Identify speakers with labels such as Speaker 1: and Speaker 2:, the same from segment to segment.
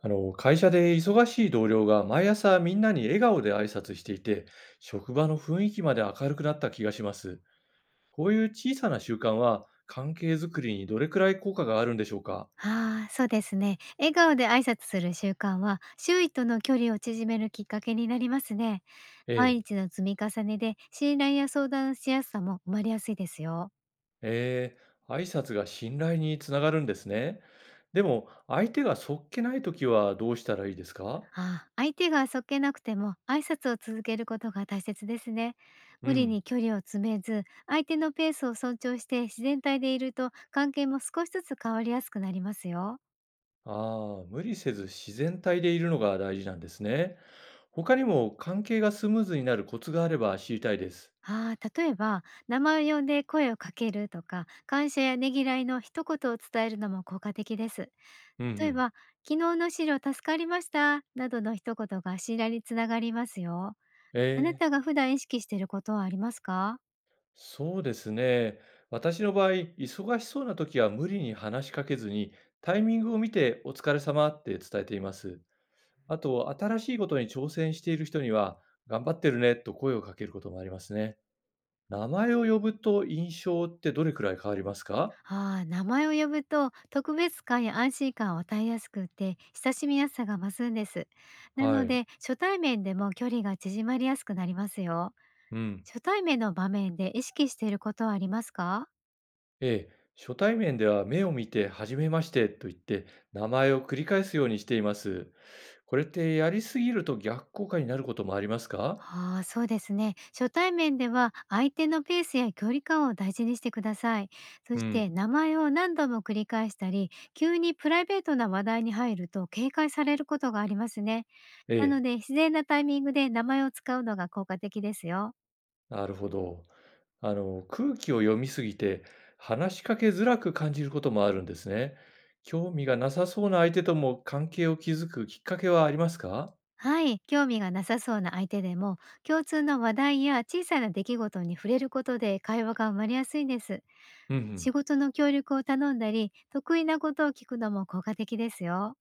Speaker 1: 会社で忙しい同僚が毎朝みんなに笑顔で挨拶していて、職場の雰囲気まで明るくなった気がします。こういう小さな習慣は関係づくりにどれくらい効果があるんでしょうか。
Speaker 2: ああ、そうですね。笑顔で挨拶する習慣は、周囲との距離を縮めるきっかけになりますね。
Speaker 1: え
Speaker 2: 毎
Speaker 1: え。
Speaker 2: 日の積み重ねで、信頼や相談しやすさも生まれやすいですよ。
Speaker 1: ええ、挨拶が信頼につながるんですね。でも、相手がそっけないときはどうしたらいいですか。
Speaker 2: ああ、相手がそっけなくても、挨拶を続けることが大切ですね。
Speaker 1: う
Speaker 2: 無理
Speaker 1: ん。
Speaker 2: に距離を詰めず、相手のペースを尊重して自然体でいると、関係も少しずつ変わりやすくなりますよ。
Speaker 1: ああ、無理せず自然体でいるのが大事なんですね。他にも関係がスムーズになるコツがあれば知りたいです。
Speaker 2: ああ、例えば、名前を呼んで声をかけるとか、感謝やねぎらいの一言を伝えるのも効果的です。
Speaker 1: うんう
Speaker 2: 例え
Speaker 1: ん。
Speaker 2: ば、昨日の資料助かりました、などの一言が信頼につながりますよ。
Speaker 1: え
Speaker 2: あな
Speaker 1: え。
Speaker 2: たが普段意識していることはありますか？
Speaker 1: そうですね。私の場合、忙しそうな時は無理に話しかけずに、タイミングを見てお疲れ様って伝えています。あと、新しいことに挑戦している人には、頑張ってるねと声をかけることもありますね。名前を呼ぶと印象ってどれくらい変わりますか。
Speaker 2: ああ、名前を呼ぶと特別感や安心感を与えやすくて、親しみやすさが増すんです。な
Speaker 1: は
Speaker 2: の
Speaker 1: い。
Speaker 2: で、初対面でも距離が縮まりやすくなりますよ。
Speaker 1: うん。
Speaker 2: 初対面の場面で意識していることはありますか？
Speaker 1: ええ。初対面では目を見て、はじめましてと言って、名前を繰り返すようにしています。これってやりすぎると逆効果になることもありますか。
Speaker 2: ああ、そうですね。初対面では相手のペースや距離感を大事にしてください。そ
Speaker 1: う
Speaker 2: して
Speaker 1: ん。
Speaker 2: 名前を何度も繰り返したり、急にプライベートな話題に入ると警戒されることがありますね。
Speaker 1: え
Speaker 2: なの
Speaker 1: え。
Speaker 2: で自然なタイミングで名前を使うのが効果的ですよ。
Speaker 1: なるほど。空気を読みすぎて、話しかけづらく感じることもあるんですね。興味がなさそうな相手とも関係を築くきっかけはありますか。
Speaker 2: はい、興味がなさそうな相手でも共通の話題や小さな出来事に触れることで会話が生まれやすいんです。
Speaker 1: うんう
Speaker 2: 仕
Speaker 1: ん。
Speaker 2: 事の協力を頼んだり、得意なことを聞くのも効果的ですよ。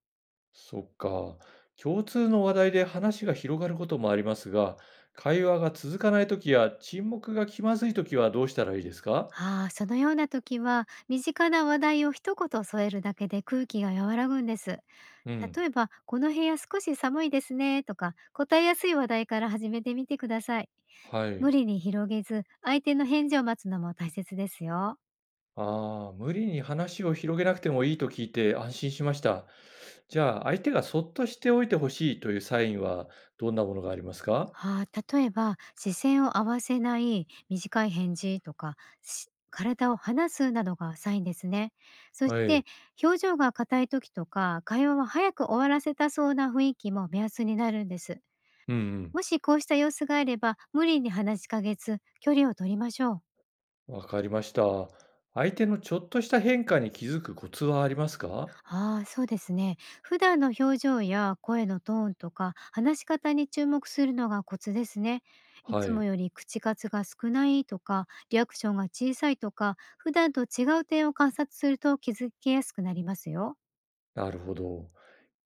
Speaker 1: そっか。共通の話題で話が広がることもありますが、会話が続かないときや沈黙が気まずいときはどうしたらいいですか。
Speaker 2: ああ、そのような時は、身近な話題を一言添えるだけで空気が和らぐんです。
Speaker 1: うん。
Speaker 2: 例えば、この部屋少し寒いですねとか、答えやすい話題から始めてみてください。
Speaker 1: は
Speaker 2: 無
Speaker 1: い。
Speaker 2: 理に広げず、相手の返事を待つのも大切ですよ。
Speaker 1: ああ、無理に話を広げなくてもいいと聞いて安心しました。じゃあ、相手がそっとしておいてほしいというサインはどんなものがありますか。
Speaker 2: ああ、例えば、視線を合わせない短い返事とか、体を離すなどがサインですね。そし
Speaker 1: は
Speaker 2: て、
Speaker 1: い。
Speaker 2: 表情が硬い時とか、会話を早く終わらせたそうな雰囲気も目安になるんです。
Speaker 1: うんうん。
Speaker 2: もしこうした様子があれば、無理に話しかけず、距離を取りましょう。
Speaker 1: わかりました。相手のちょっとした変化に気づくコツはありますか。
Speaker 2: ああ、そうですね。普段の表情や声のトーンとか、話し方に注目するのがコツですね。い
Speaker 1: は
Speaker 2: つも
Speaker 1: い。
Speaker 2: より口数が少ないとか、リアクションが小さいとか、普段と違う点を観察すると気づきやすくなりますよ。
Speaker 1: なるほど。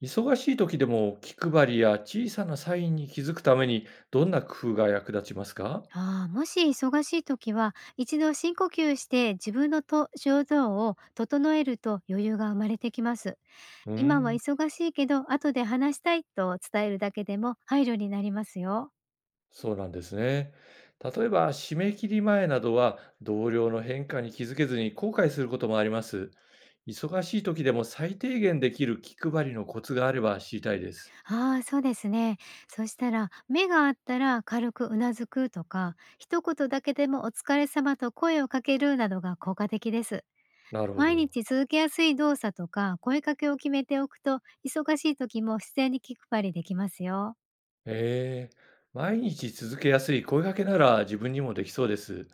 Speaker 1: 忙しい時でも気配りや小さなサインに気づくためにどんな工夫が役立ちますか。
Speaker 2: ああ、もし忙しい時は、一度深呼吸して自分のと症状を整えると余裕が生まれてきます。
Speaker 1: うー
Speaker 2: 今は
Speaker 1: ん。
Speaker 2: 忙しいけど、後で話したいと伝えるだけでも配慮になりますよ。
Speaker 1: そうなんですね。例えば、締め切り前などは同僚の変化に気づけずに後悔することもあります。忙しい時でも最低限できる気配りのコツがあれば知りたいです。
Speaker 2: ああ、そうですね。そしたら、目があったら軽くうなずくとか、一言だけでもお疲れ様と声をかけるなどが効果的です。
Speaker 1: なるほ
Speaker 2: 毎
Speaker 1: ど。
Speaker 2: 日続けやすい動作とか声かけを決めておくと、忙しい時も自然に気配りできますよ。
Speaker 1: ええ。毎日続けやすい声掛けなら自分にもできそうです。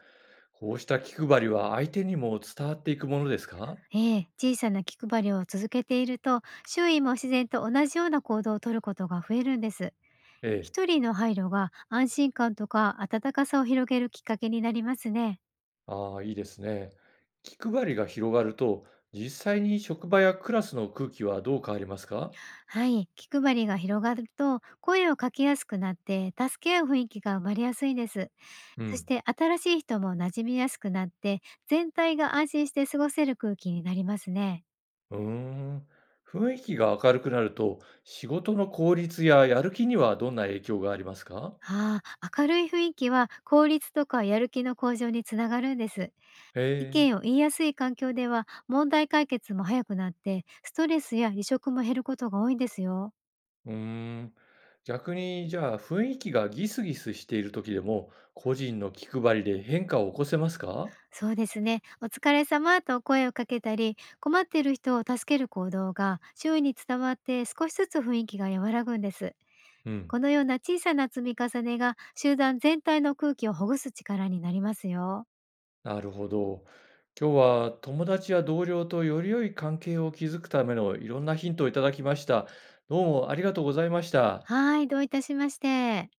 Speaker 1: こうした気配りは相手にも伝わっていくものですか。
Speaker 2: ええ、小さな気配りを続けていると、周囲も自然と同じような行動をとることが増えるんです。
Speaker 1: ええ。
Speaker 2: 一人の配慮が安心感とか温かさを広げるきっかけになりますね。
Speaker 1: ああ、いいですね。気配りが広がると、実際に職場やクラスの空気はどう変わりますか。
Speaker 2: はい、気配りが広がると声をかけやすくなって助け合う雰囲気が生まれやすいです。
Speaker 1: う
Speaker 2: そし
Speaker 1: ん。
Speaker 2: て新しい人も馴染みやすくなって全体が安心して過ごせる空気になりますね。
Speaker 1: うーん。雰囲気が明るくなると、仕事の効率ややる気にはどんな影響がありますか。
Speaker 2: ああ、明るい雰囲気は効率とかやる気の向上につながるんです。
Speaker 1: へ
Speaker 2: 意見を
Speaker 1: え。
Speaker 2: 言いやすい環境では問題解決も早くなってストレスや離職も減ることが多いんですよ。
Speaker 1: うーん。逆に、じゃあ、雰囲気がギスギスしている時でも、個人の気配りで変化を起こせますか。
Speaker 2: そうですね。お疲れ様と声をかけたり、困っている人を助ける行動が周囲に伝わって少しずつ雰囲気が和らぐんです。
Speaker 1: うん。
Speaker 2: このような小さな積み重ねが集団全体の空気をほぐす力になりますよ。
Speaker 1: なるほど。今日は友達や同僚とより良い関係を築くためのいろんなヒントをいただきました。どうもありがとうございました。
Speaker 2: はい、どういたしまして。